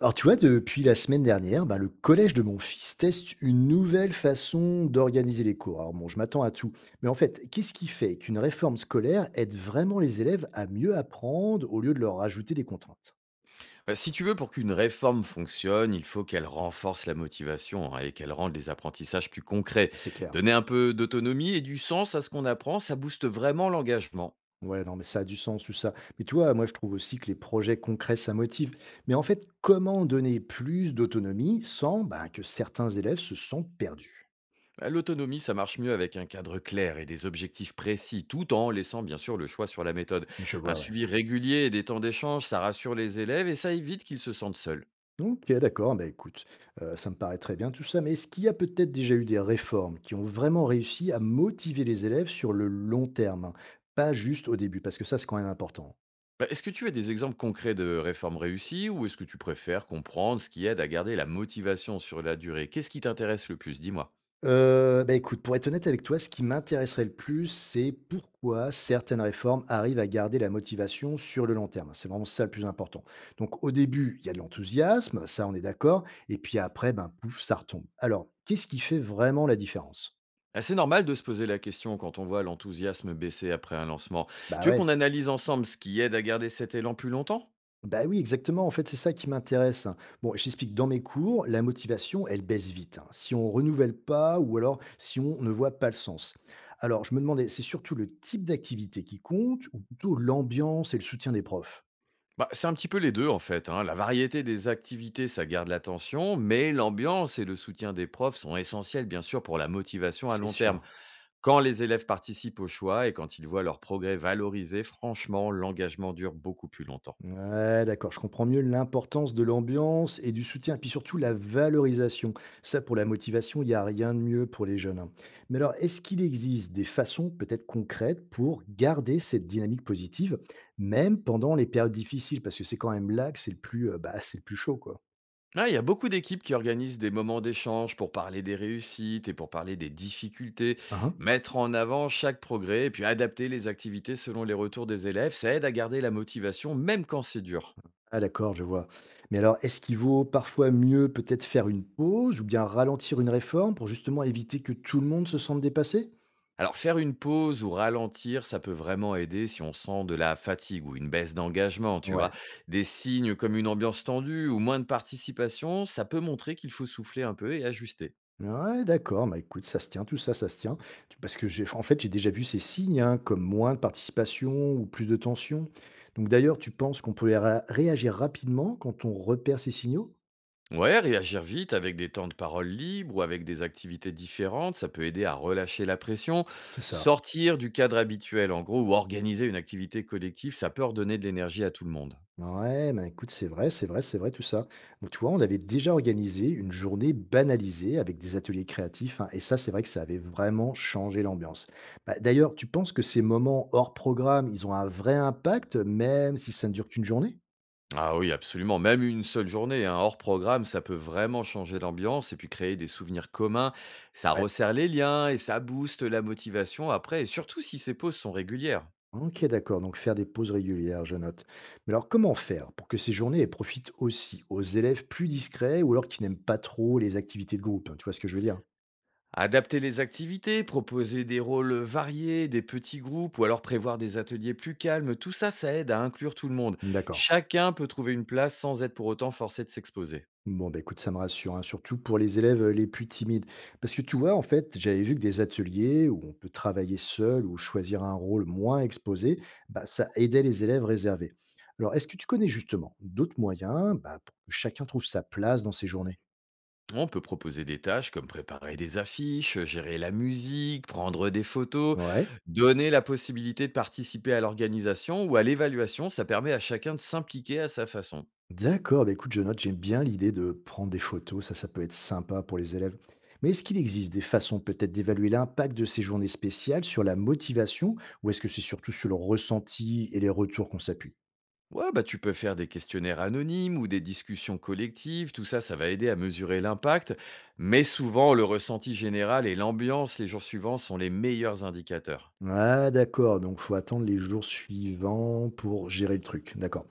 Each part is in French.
Alors tu vois, depuis la semaine dernière, ben, le collège de mon fils teste une nouvelle façon d'organiser les cours. Alors bon, je m'attends à tout. Mais en fait, qu'est-ce qui fait qu'une réforme scolaire aide vraiment les élèves à mieux apprendre au lieu de leur rajouter des contraintes? Si tu veux, pour qu'une réforme fonctionne, il faut qu'elle renforce la motivation, hein, et qu'elle rende les apprentissages plus concrets. Ah, c'est clair. Donner un peu d'autonomie et du sens à ce qu'on apprend, ça booste vraiment l'engagement. Ouais, non, mais ça a du sens tout ça. Mais tu vois, moi je trouve aussi que les projets concrets, ça motive. Mais en fait, comment donner plus d'autonomie sans ben, que certains élèves se sentent perdus? L'autonomie, ça marche mieux avec un cadre clair et des objectifs précis, tout en laissant bien sûr le choix sur la méthode. Je Un vois, ouais. suivi régulier et des temps d'échange, ça rassure les élèves et ça évite qu'ils se sentent seuls. Ok, d'accord. Bah écoute, ça me paraît très bien tout ça, mais est-ce qu'il y a peut-être déjà eu des réformes qui ont vraiment réussi à motiver les élèves sur le long terme, hein, pas juste au début, parce que ça, c'est quand même important. Est-ce que tu as des exemples concrets de réformes réussies ou est-ce que tu préfères comprendre ce qui aide à garder la motivation sur la durée? Qu'est-ce qui t'intéresse le plus? Dis-moi. Bah écoute, pour être honnête avec toi, ce qui m'intéresserait le plus, c'est pourquoi certaines réformes arrivent à garder la motivation sur le long terme. C'est vraiment ça le plus important. Donc au début, il y a de l'enthousiasme, ça on est d'accord, et puis après, ben pouf, ça retombe. Alors, qu'est-ce qui fait vraiment la différence? Ah, c'est normal de se poser la question quand on voit l'enthousiasme baisser après un lancement. Bah Tu veux ouais. qu'on analyse ensemble ce qui aide à garder cet élan plus longtemps? Bah oui, exactement. En fait, c'est ça qui m'intéresse, hein. Bon, j'explique dans mes cours, la motivation, elle baisse vite, hein, si on renouvelle pas ou alors si on ne voit pas le sens. Alors, je me demandais, c'est surtout le type d'activité qui compte ou plutôt l'ambiance et le soutien des profs? C'est un petit peu les deux, en fait, hein. La variété des activités, ça garde l'attention, mais l'ambiance et le soutien des profs sont essentiels bien sûr pour la motivation à C'est long terme. sûr. Quand les élèves participent au choix et quand ils voient leur progrès valorisé, franchement, l'engagement dure beaucoup plus longtemps. Ouais, d'accord, je comprends mieux l'importance de l'ambiance et du soutien, et puis surtout la valorisation. Ça, pour la motivation, il n'y a rien de mieux pour les jeunes, hein. Mais alors, est-ce qu'il existe des façons peut-être concrètes pour garder cette dynamique positive, même pendant les périodes difficiles? Parce que c'est quand même là que c'est le plus, bah, c'est le plus chaud, quoi. Ah, il y a beaucoup d'équipes qui organisent des moments d'échange pour parler des réussites et pour parler des difficultés, Hein. mettre en avant chaque progrès et puis adapter les activités selon les retours des élèves, ça aide à garder la motivation même quand c'est dur. Ah, d'accord, je vois. Mais alors, est-ce qu'il vaut parfois mieux peut-être faire une pause ou bien ralentir une réforme pour justement éviter que tout le monde se sente dépassé? Alors faire une pause ou ralentir, ça peut vraiment aider si on sent de la fatigue ou une baisse d'engagement, tu Ouais. vois. Des signes comme une ambiance tendue ou moins de participation, ça peut montrer qu'il faut souffler un peu et ajuster. Ouais, d'accord. Bah, écoute, ça se tient, tout ça, ça se tient. Parce que j'ai, en fait, j'ai déjà vu ces signes, hein, comme moins de participation ou plus de tension. Donc d'ailleurs, tu penses qu'on peut réagir rapidement quand on repère ces signaux? Ouais, réagir vite avec des temps de parole libres ou avec des activités différentes, ça peut aider à relâcher la pression. C'est ça. Sortir du cadre habituel, en gros, ou organiser une activité collective, ça peut redonner de l'énergie à tout le monde. Ouais, bah, écoute, c'est vrai, c'est vrai, c'est vrai, tout ça. Donc tu vois, on avait déjà organisé une journée banalisée avec des ateliers créatifs, hein, et ça, c'est vrai que ça avait vraiment changé l'ambiance. Bah, d'ailleurs, tu penses que ces moments hors programme, ils ont un vrai impact, même si ça ne dure qu'une journée? Ah oui, absolument. Même une seule journée, hein, hors programme, ça peut vraiment changer l'ambiance et puis créer des souvenirs communs. Ça Ouais. resserre les liens et ça booste la motivation après, et surtout si ces pauses sont régulières. OK, d'accord, donc faire des pauses régulières, je note. Mais alors comment faire pour que ces journées elles profitent aussi aux élèves plus discrets ou alors qui n'aiment pas trop les activités de groupe, hein, tu vois ce que je veux dire? Adapter les activités, proposer des rôles variés, des petits groupes ou alors prévoir des ateliers plus calmes, tout ça, ça aide à inclure tout le monde. D'accord. Chacun peut trouver une place sans être pour autant forcé de s'exposer. Bon, bah écoute, ça me rassure, hein, surtout pour les élèves les plus timides. Parce que tu vois, en fait, j'avais vu que des ateliers où on peut travailler seul ou choisir un rôle moins exposé, bah, ça aidait les élèves réservés. Alors, est-ce que tu connais justement d'autres moyens bah, pour que chacun trouve sa place dans ces journées? On peut proposer des tâches comme préparer des affiches, gérer la musique, prendre des photos, Ouais. donner la possibilité de participer à l'organisation ou à l'évaluation, ça permet à chacun de s'impliquer à sa façon. D'accord, bah écoute, je note, j'aime bien l'idée de prendre des photos, ça peut être sympa pour les élèves. Mais est-ce qu'il existe des façons peut-être d'évaluer l'impact de ces journées spéciales sur la motivation ou est-ce que c'est surtout sur le ressenti et les retours qu'on s'appuie? Ouais, bah tu peux faire des questionnaires anonymes ou des discussions collectives, tout ça, ça va aider à mesurer l'impact, mais souvent le ressenti général et l'ambiance les jours suivants sont les meilleurs indicateurs. Ah, d'accord, donc faut attendre les jours suivants pour gérer le truc, d'accord.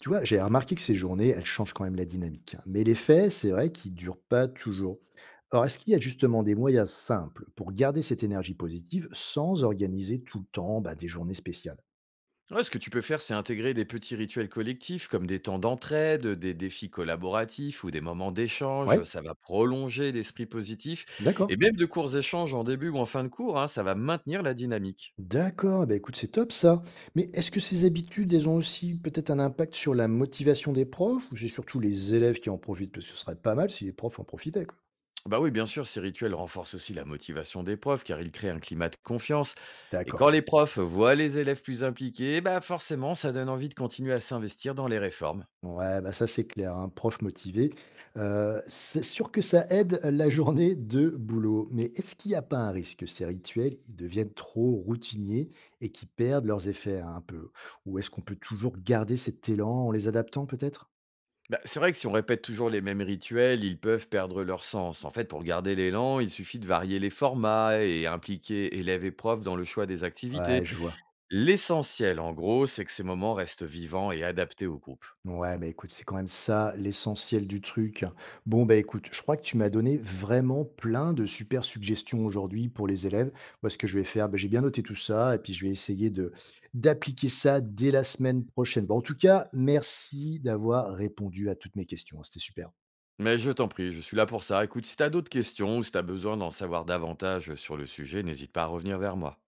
Tu vois, j'ai remarqué que ces journées, elles changent quand même la dynamique, hein. Mais les faits, c'est vrai qu'ils durent pas toujours. Or, est-ce qu'il y a justement des moyens simples pour garder cette énergie positive sans organiser tout le temps bah, des journées spéciales? Ouais, ce que tu peux faire, c'est intégrer des petits rituels collectifs comme des temps d'entraide, des défis collaboratifs ou des moments d'échange, Ouais. ça va prolonger l'esprit positif, D'accord. et même de courts échanges en début ou en fin de cours, hein, ça va maintenir la dynamique. D'accord, bah, écoute, c'est top ça. Mais est-ce que ces habitudes, elles ont aussi peut-être un impact sur la motivation des profs ou c'est surtout les élèves qui en profitent? Parce que ce serait pas mal si les profs en profitaient, quoi. Bah oui, bien sûr, ces rituels renforcent aussi la motivation des profs car ils créent un climat de confiance. Et D'accord. quand les profs voient les élèves plus impliqués, bah forcément, ça donne envie de continuer à s'investir dans les réformes. Ouais, bah ça c'est clair, un prof motivé. C'est sûr que ça aide la journée de boulot, mais est-ce qu'il n'y a pas un risque que ces rituels ils deviennent trop routiniers et qu'ils perdent leurs effets hein, un peu? Ou est-ce qu'on peut toujours garder cet élan en les adaptant peut-être? Bah, c'est vrai que si on répète toujours les mêmes rituels, ils peuvent perdre leur sens. En fait, pour garder l'élan, il suffit de varier les formats et impliquer élèves et profs dans le choix des Ouais, activités. je vois. L'essentiel, en gros, c'est que ces moments restent vivants et adaptés au groupe. Ouais, bah, écoute, c'est quand même ça l'essentiel du truc. Bon, bah, écoute, je crois que tu m'as donné vraiment plein de super suggestions aujourd'hui pour les élèves. Moi, ce que je vais faire, bah, j'ai bien noté tout ça et puis je vais essayer de d'appliquer ça dès la semaine prochaine. Bon, en tout cas, merci d'avoir répondu à toutes mes questions, hein. C'était super. Mais je t'en prie, je suis là pour ça. Écoute, si t'as d'autres questions ou si t'as besoin d'en savoir davantage sur le sujet, n'hésite pas à revenir vers moi.